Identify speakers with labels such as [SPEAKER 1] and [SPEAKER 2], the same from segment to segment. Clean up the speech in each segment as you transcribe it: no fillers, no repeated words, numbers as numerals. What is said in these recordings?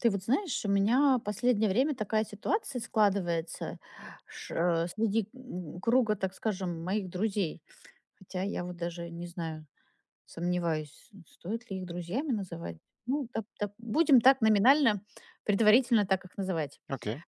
[SPEAKER 1] Ты вот знаешь, у меня последнее время такая ситуация складывается ш- среди круга, так скажем, моих друзей. Хотя я вот даже не знаю, сомневаюсь, стоит ли их друзьями называть. Ну, да, будем так номинально, предварительно так их называть.
[SPEAKER 2] Окей,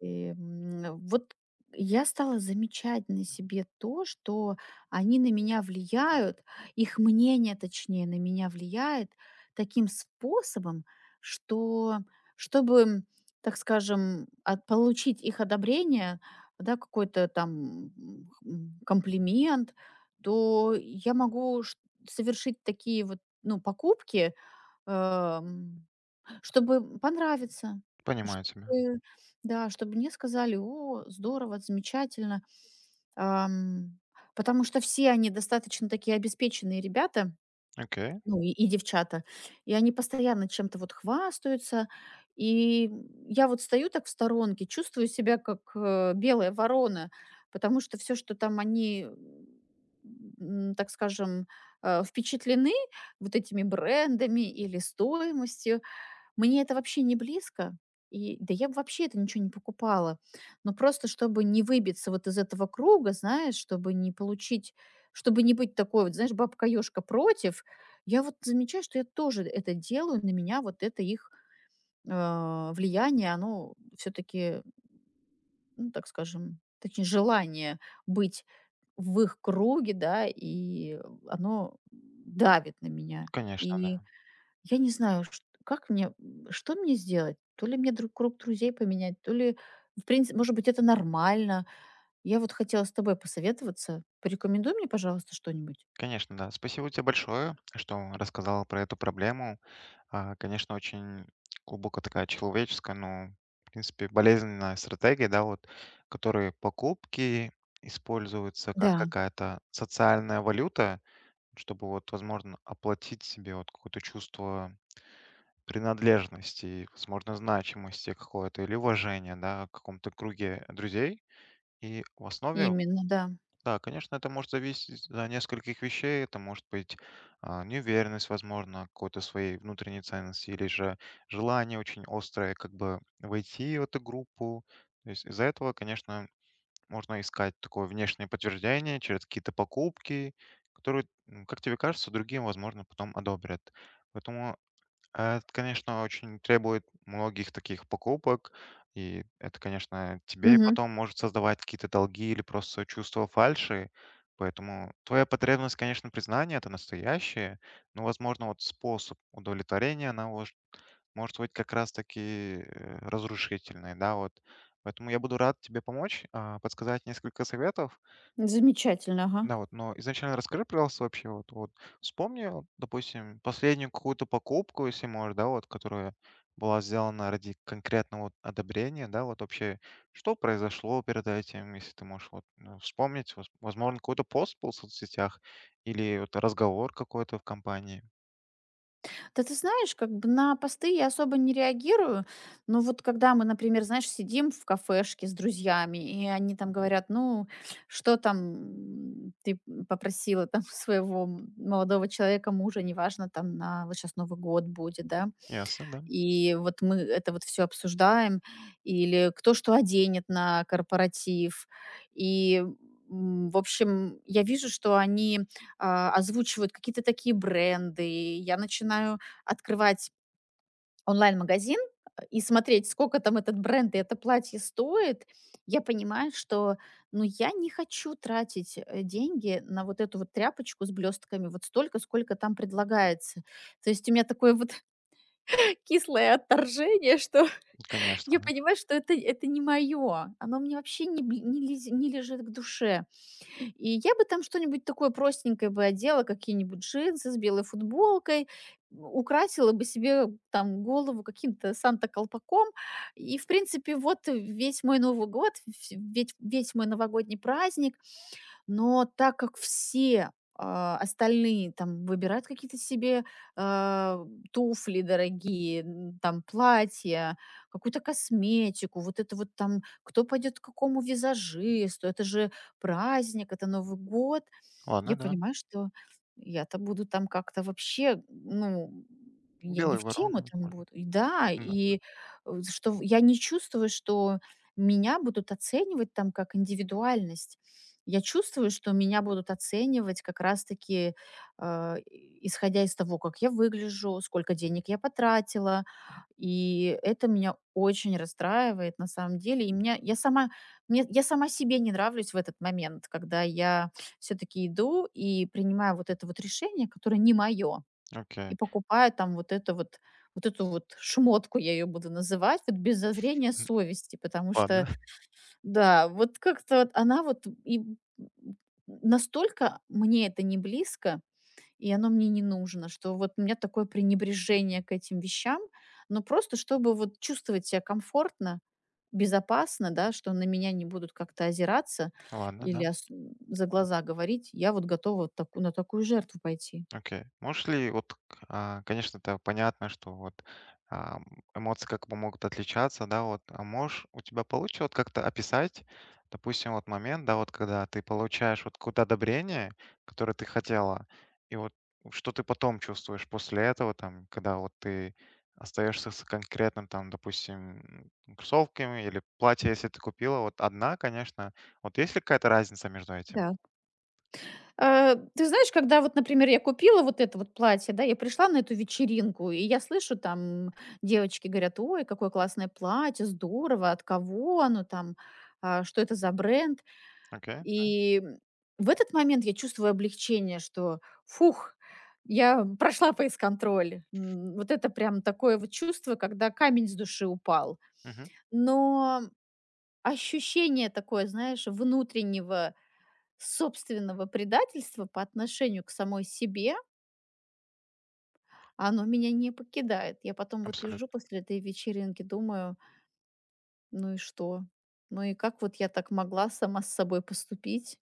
[SPEAKER 1] И, вот я стала замечать на себе то, что они на меня влияют, их мнение, точнее, на меня влияет таким способом, что чтобы, так скажем, получить их одобрение, да, какой-то там комплимент, то я могу совершить такие вот ну, покупки, чтобы понравиться,
[SPEAKER 2] понимаю тебя.
[SPEAKER 1] чтобы да, чтобы мне сказали: "О, здорово, замечательно". Ам, Потому что все они достаточно такие обеспеченные ребята,
[SPEAKER 2] Окей,
[SPEAKER 1] ну, и девчата, и они постоянно чем-то вот хвастаются. И я вот стою так в сторонке, чувствую себя как, белая ворона, потому что все, что там они, так скажем, впечатлены вот этими брендами или стоимостью, мне это вообще не близко, и да я б вообще это ничего не покупала. Но просто чтобы не выбиться вот из этого круга, знаешь, чтобы не получить, чтобы не быть такой вот, знаешь, бабка-ёжка против, я вот замечаю, что я тоже это делаю, на меня вот это их влияние, оно все-таки, ну, так скажем, точнее, желание быть в их круге, да, и оно давит на меня.
[SPEAKER 2] конечно, да.
[SPEAKER 1] И я не знаю, чт как мне, что мне сделать? То ли мне друг круг друзей поменять, то ли, в принципе, может быть, это нормально. Я вот хотела с тобой посоветоваться. Порекомендуй мне, пожалуйста, что-нибудь.
[SPEAKER 2] Конечно, да. Спасибо тебе большое, что рассказала про эту проблему. Конечно, очень глубоко такая человеческая, но, в принципе, болезненная стратегия, да, вот, которые покупки используются как
[SPEAKER 1] Да,
[SPEAKER 2] какая-то социальная валюта, чтобы вот, возможно, оплатить себе вот какое-то чувство принадлежности, возможно, значимости какое-то или уважения, да, в каком-то круге друзей. И в основе
[SPEAKER 1] именно, да.
[SPEAKER 2] да, конечно, это может зависеть от нескольких вещей. Это может быть неуверенность, возможно, какой-то своей внутренней ценности, или же желание очень острое как бы войти в эту группу. То есть из-за этого, конечно, можно искать такое внешнее подтверждение через какие-то покупки, которые, как тебе кажется, другим, возможно, потом одобрят. Поэтому это, конечно, очень требует многих таких покупок, и это, конечно, тебе
[SPEAKER 1] Мгм.
[SPEAKER 2] потом может создавать какие-то долги или просто чувство фальши. Поэтому твоя потребность, конечно, признания это настоящее, но, возможно, вот способ удовлетворения, она может, может быть как раз-таки разрушительной, да, вот. Поэтому я буду рад тебе помочь, подсказать несколько советов.
[SPEAKER 1] Замечательно, ага.
[SPEAKER 2] Да, вот, но изначально расскажи, пожалуйста, вообще, вот, вот вспомни, вот, допустим, последнюю какую-то покупку, если можешь, да, вот, которая была сделана ради конкретного вот одобрения, да, вот вообще, что произошло перед этим, если ты можешь вот ну, вспомнить, возможно, какой-то пост был в соцсетях или вот разговор какой-то в компании.
[SPEAKER 1] Да, ты знаешь, как бы на посты я особо не реагирую, но вот когда мы, например, знаешь, сидим в кафешке с друзьями, и они там говорят, ну, что там ты попросила там своего молодого человека, мужа, неважно, там вот сейчас Новый год будет, да,
[SPEAKER 2] Ясно, да?
[SPEAKER 1] и вот мы это вот все обсуждаем. Или кто что оденет на корпоратив. И, в общем, я вижу, что они, озвучивают какие-то такие бренды. И я начинаю открывать онлайн-магазин, и смотреть, сколько там этот бренд и это платье стоит. Я понимаю, что, ну, я не хочу тратить, деньги на вот эту вот тряпочку с блестками вот столько, сколько там предлагается. То есть у меня такое вот кислое отторжение, что
[SPEAKER 2] Конечно,
[SPEAKER 1] я
[SPEAKER 2] да.
[SPEAKER 1] понимаю, что это не мое. Оно мне вообще не бли не лез не лежит к душе. И я бы там что-нибудь такое простенькое бы одела, какие-нибудь джинсы с белой футболкой, украсила бы себе там голову каким-то Санта-колпаком. И, в принципе, вот весь мой Новый год, вс ведь весь мой новогодний праздник, но так как все, остальные там выбирают какие-то себе, а, туфли дорогие, н там платья, какую-то косметику, вот это вот там, кто пойдет к какому визажисту, это же праздник, это Новый год.
[SPEAKER 2] Ладно,
[SPEAKER 1] Я
[SPEAKER 2] да.
[SPEAKER 1] понимаю, что я-то буду там как-то вообще, ну, я не
[SPEAKER 2] Белые
[SPEAKER 1] в
[SPEAKER 2] вороны,
[SPEAKER 1] тему там
[SPEAKER 2] возможно.
[SPEAKER 1] буду. И да,
[SPEAKER 2] Да.
[SPEAKER 1] я не чувствую, что меня будут оценивать там как индивидуальность. Я чувствую, что меня будут оценивать как раз-таки э, исходя из того, как я выгляжу, сколько денег я потратила, и это меня очень расстраивает на самом деле. И меня, я, сама, мне, я сама себе не нравлюсь в этот момент, когда я все-таки иду и принимаю вот это вот решение, которое не мое, и
[SPEAKER 2] Окей.
[SPEAKER 1] покупаю там вот это вот вот эту вот шмотку, я ее буду называть, вот без зазрения
[SPEAKER 2] М,
[SPEAKER 1] совести, потому что,
[SPEAKER 2] Ладно,
[SPEAKER 1] да, вот как-то вот она вот и настолько мне это не близко, и оно мне не нужно, что вот у меня такое пренебрежение к этим вещам, но просто чтобы вот чувствовать себя комфортно, безопасно, да, что на меня не будут как-то озираться
[SPEAKER 2] ладно,
[SPEAKER 1] или
[SPEAKER 2] да.
[SPEAKER 1] за глаза говорить, я вот готова вот на такую жертву пойти.
[SPEAKER 2] Окей. Можешь ли, вот, конечно, это понятно, что вот ам, эмоции как бы могут отличаться, да, вот, а можешь, у тебя получится вот как-то описать, допустим, вот момент, да, вот когда ты получаешь вот какое-то одобрение, которое ты хотела, и вот что ты потом чувствуешь после этого, там, когда вот ты остаешься с конкретным, там, допустим, кроссовками или платье, если ты купила, вот одна, конечно, вот есть ли какая-то разница между этим?
[SPEAKER 1] Да. Ты знаешь, когда вот, например, я купила вот это вот платье, да, я пришла на эту вечеринку, и я слышу там, девочки говорят: ой, какое классное платье, здорово, от кого оно там, что это за бренд.
[SPEAKER 2] Окей?
[SPEAKER 1] И в этот момент я чувствую облегчение, что: "Фух, я прошла фейс-контроль". Вот это прям такое вот чувство, когда камень с души упал.
[SPEAKER 2] Мгм.
[SPEAKER 1] Но ощущение такое, знаешь, внутреннего собственного предательства по отношению к самой себе, оно меня не покидает. Я потом вот
[SPEAKER 2] Абсолютно,
[SPEAKER 1] лежу после этой вечеринки, думаю: "Ну и что? Ну и как вот я так могла сама с собой поступить?"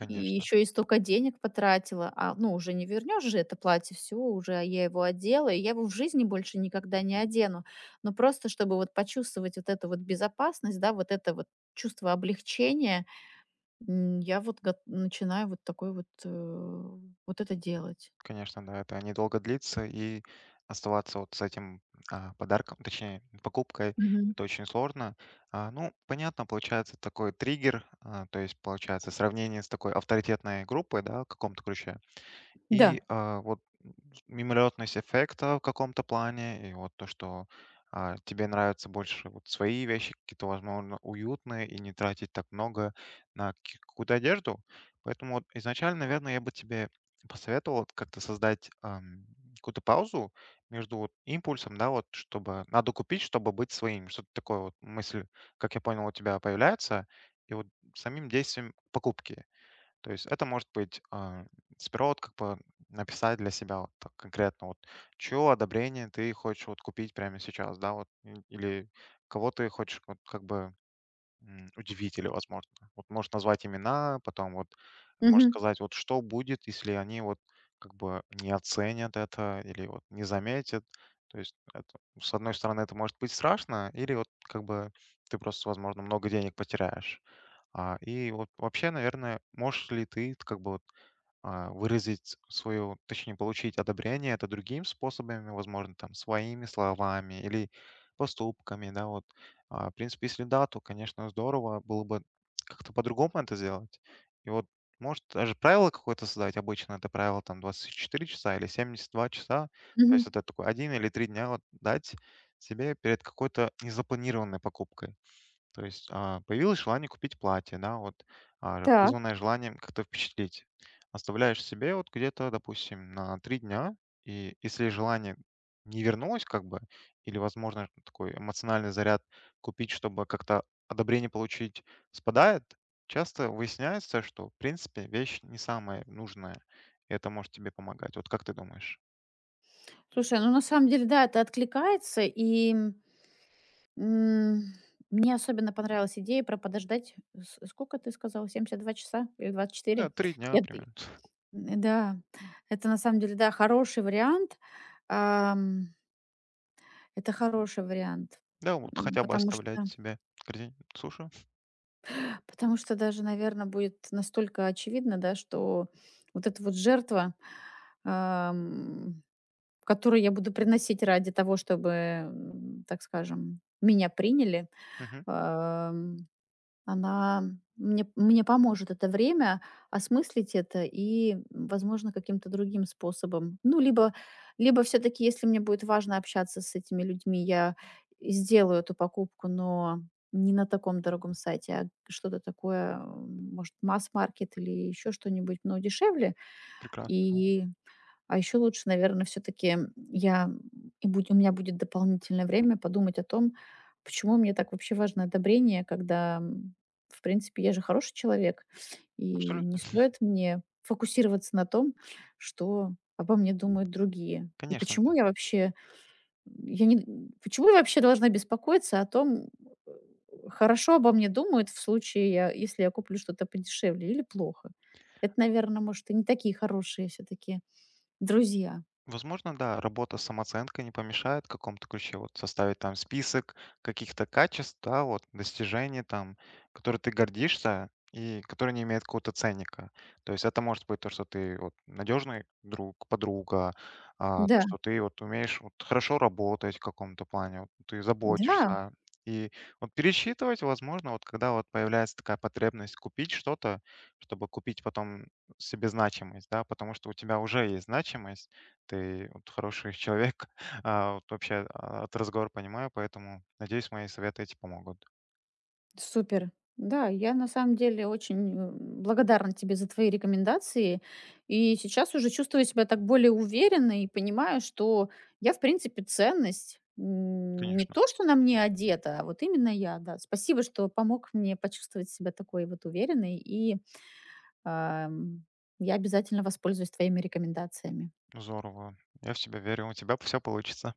[SPEAKER 1] И еще и столько денег потратила, ну, уже не вернешь же это платье, всё, уже я его одела, и я его в жизни больше никогда не одену. Но просто чтобы вот почувствовать вот эту вот безопасность, да, вот это вот чувство облегчения, я вот гот начинаю вот такой вот, вот это делать.
[SPEAKER 2] Конечно, да, это недолго длится, и оставаться вот с этим подарком, точнее, покупкой,
[SPEAKER 1] Мгм.
[SPEAKER 2] это очень сложно. Ну, понятно, получается такой триггер, то есть получается сравнение с такой авторитетной группой, да, в каком-то ключе. И
[SPEAKER 1] Да.
[SPEAKER 2] вот мимолетность эффекта в каком-то плане, и вот то, что тебе нравятся больше вот свои вещи, какие-то, возможно, уютные, и не тратить так много на какую-то одежду. Поэтому вот изначально, наверное, я бы тебе посоветовал вот как-то создать какую-то паузу между вот импульсом, да, вот чтобы надо купить, чтобы быть своим. Что-то такое вот мысль, как я понял, у тебя появляется, и вот самим действием покупки. То есть это может быть сперва вот как бы написать для себя вот так конкретно, вот чье одобрение ты хочешь вот купить прямо сейчас, да, вот, или кого ты хочешь вот как бы удивить или возможно. Вот можешь назвать имена, потом вот можешь
[SPEAKER 1] Мгм.
[SPEAKER 2] сказать, вот что будет, если они вот как бы не оценят это или вот не заметят. То есть это, с одной стороны это может быть страшно, или вот как бы ты просто, возможно, много денег потеряешь. И вот вообще, наверное, можешь ли ты как бы вот, выразить свою точнее, получить одобрение это другими способами, возможно, там, своими словами или поступками, да, вот? В принципе, если да, то, конечно, здорово было бы как-то по-другому это сделать. И вот, может, даже правило какое-то создать. Обычно это правило, там, 24 часа или 72 часа. То
[SPEAKER 1] Мгм.
[SPEAKER 2] есть это такой один или 3 дня вот дать себе перед какой-то незапланированной покупкой. То есть, появилось желание купить платье, да, вот,
[SPEAKER 1] Так.
[SPEAKER 2] вызванное желанием как-то впечатлить. Оставляешь себе вот где-то, допустим, на 3 дня, и если желание не вернулось как бы, или, возможно, такой эмоциональный заряд купить, чтобы как-то одобрение получить, спадает, часто выясняется, что, в принципе, вещь не самая нужная. И это может тебе помогать. Вот как ты думаешь?
[SPEAKER 1] Слушай, ну, на самом деле, да, это откликается. М, Мне особенно понравилась идея про подождать. С Сколько ты сказала, 72 часа или двадцать
[SPEAKER 2] Да,
[SPEAKER 1] четыре?
[SPEAKER 2] 3 дня
[SPEAKER 1] Я д
[SPEAKER 2] примерно.
[SPEAKER 1] Да, это на самом деле, да, хороший вариант. Ам, это хороший вариант,
[SPEAKER 2] Да, вот хотя бы
[SPEAKER 1] потому
[SPEAKER 2] оставлять
[SPEAKER 1] что
[SPEAKER 2] себе корзин слушаю.
[SPEAKER 1] даже, наверное, будет настолько очевидно, да, что вот эта вот жертва, ам, которую я буду приносить ради того, чтобы, так скажем, меня приняли.
[SPEAKER 2] Мгм.
[SPEAKER 1] Она мне поможет это время осмыслить это и, возможно, каким-то другим способом. Ну, либо все таки если мне будет важно общаться с этими людьми, я и сделаю эту покупку, но не на таком дорогом сайте, а что-то такое, может, масс-маркет или еще что-нибудь, но дешевле.
[SPEAKER 2] Прекрасно. Ну,
[SPEAKER 1] И еще лучше, наверное, все-таки я у меня будет дополнительное время подумать о том, почему мне так вообще важно одобрение, когда, в принципе, я же хороший человек, и не
[SPEAKER 2] абсолютно.
[SPEAKER 1] стоит мне фокусироваться на том, что обо мне думают другие. И
[SPEAKER 2] Конечно,
[SPEAKER 1] почему я вообще, я не, почему я вообще должна беспокоиться о том, э, хорошо обо мне думают в случае, если я куплю что-то подешевле или плохо. Это, наверное, может, и не такие хорошие все-таки друзья.
[SPEAKER 2] возможно, да, работа с самооценкой не помешает в каком-то ключе. Вот составить там список каких-то качеств, да, вот достижений там, которые ты гордишься и которые не имеют какого-то ценника. То есть это может быть то, что ты вот надежный друг, подруга,
[SPEAKER 1] Да,
[SPEAKER 2] что ты вот умеешь вот хорошо работать в каком-то плане, вот ты
[SPEAKER 1] да,
[SPEAKER 2] заботишься. И вот пересчитывать, возможно, вот когда вот появляется такая потребность купить что-то, чтобы купить потом себе значимость, да, потому что у тебя уже есть значимость, ты вот хороший человек. Вот вообще от разговора понимаю, поэтому надеюсь, мои советы эти помогут.
[SPEAKER 1] супер. Да, я на самом деле очень благодарна тебе за твои рекомендации. И сейчас уже чувствую себя так более уверенно и понимаю, что я, в принципе, ценность. Не
[SPEAKER 2] Конечно.
[SPEAKER 1] то, что на мне одета, а вот именно я, да. Спасибо, что помог мне почувствовать себя такой вот уверенной. И ам, я обязательно воспользуюсь твоими рекомендациями.
[SPEAKER 2] Здорово. Я в тебя верю. У тебя все получится.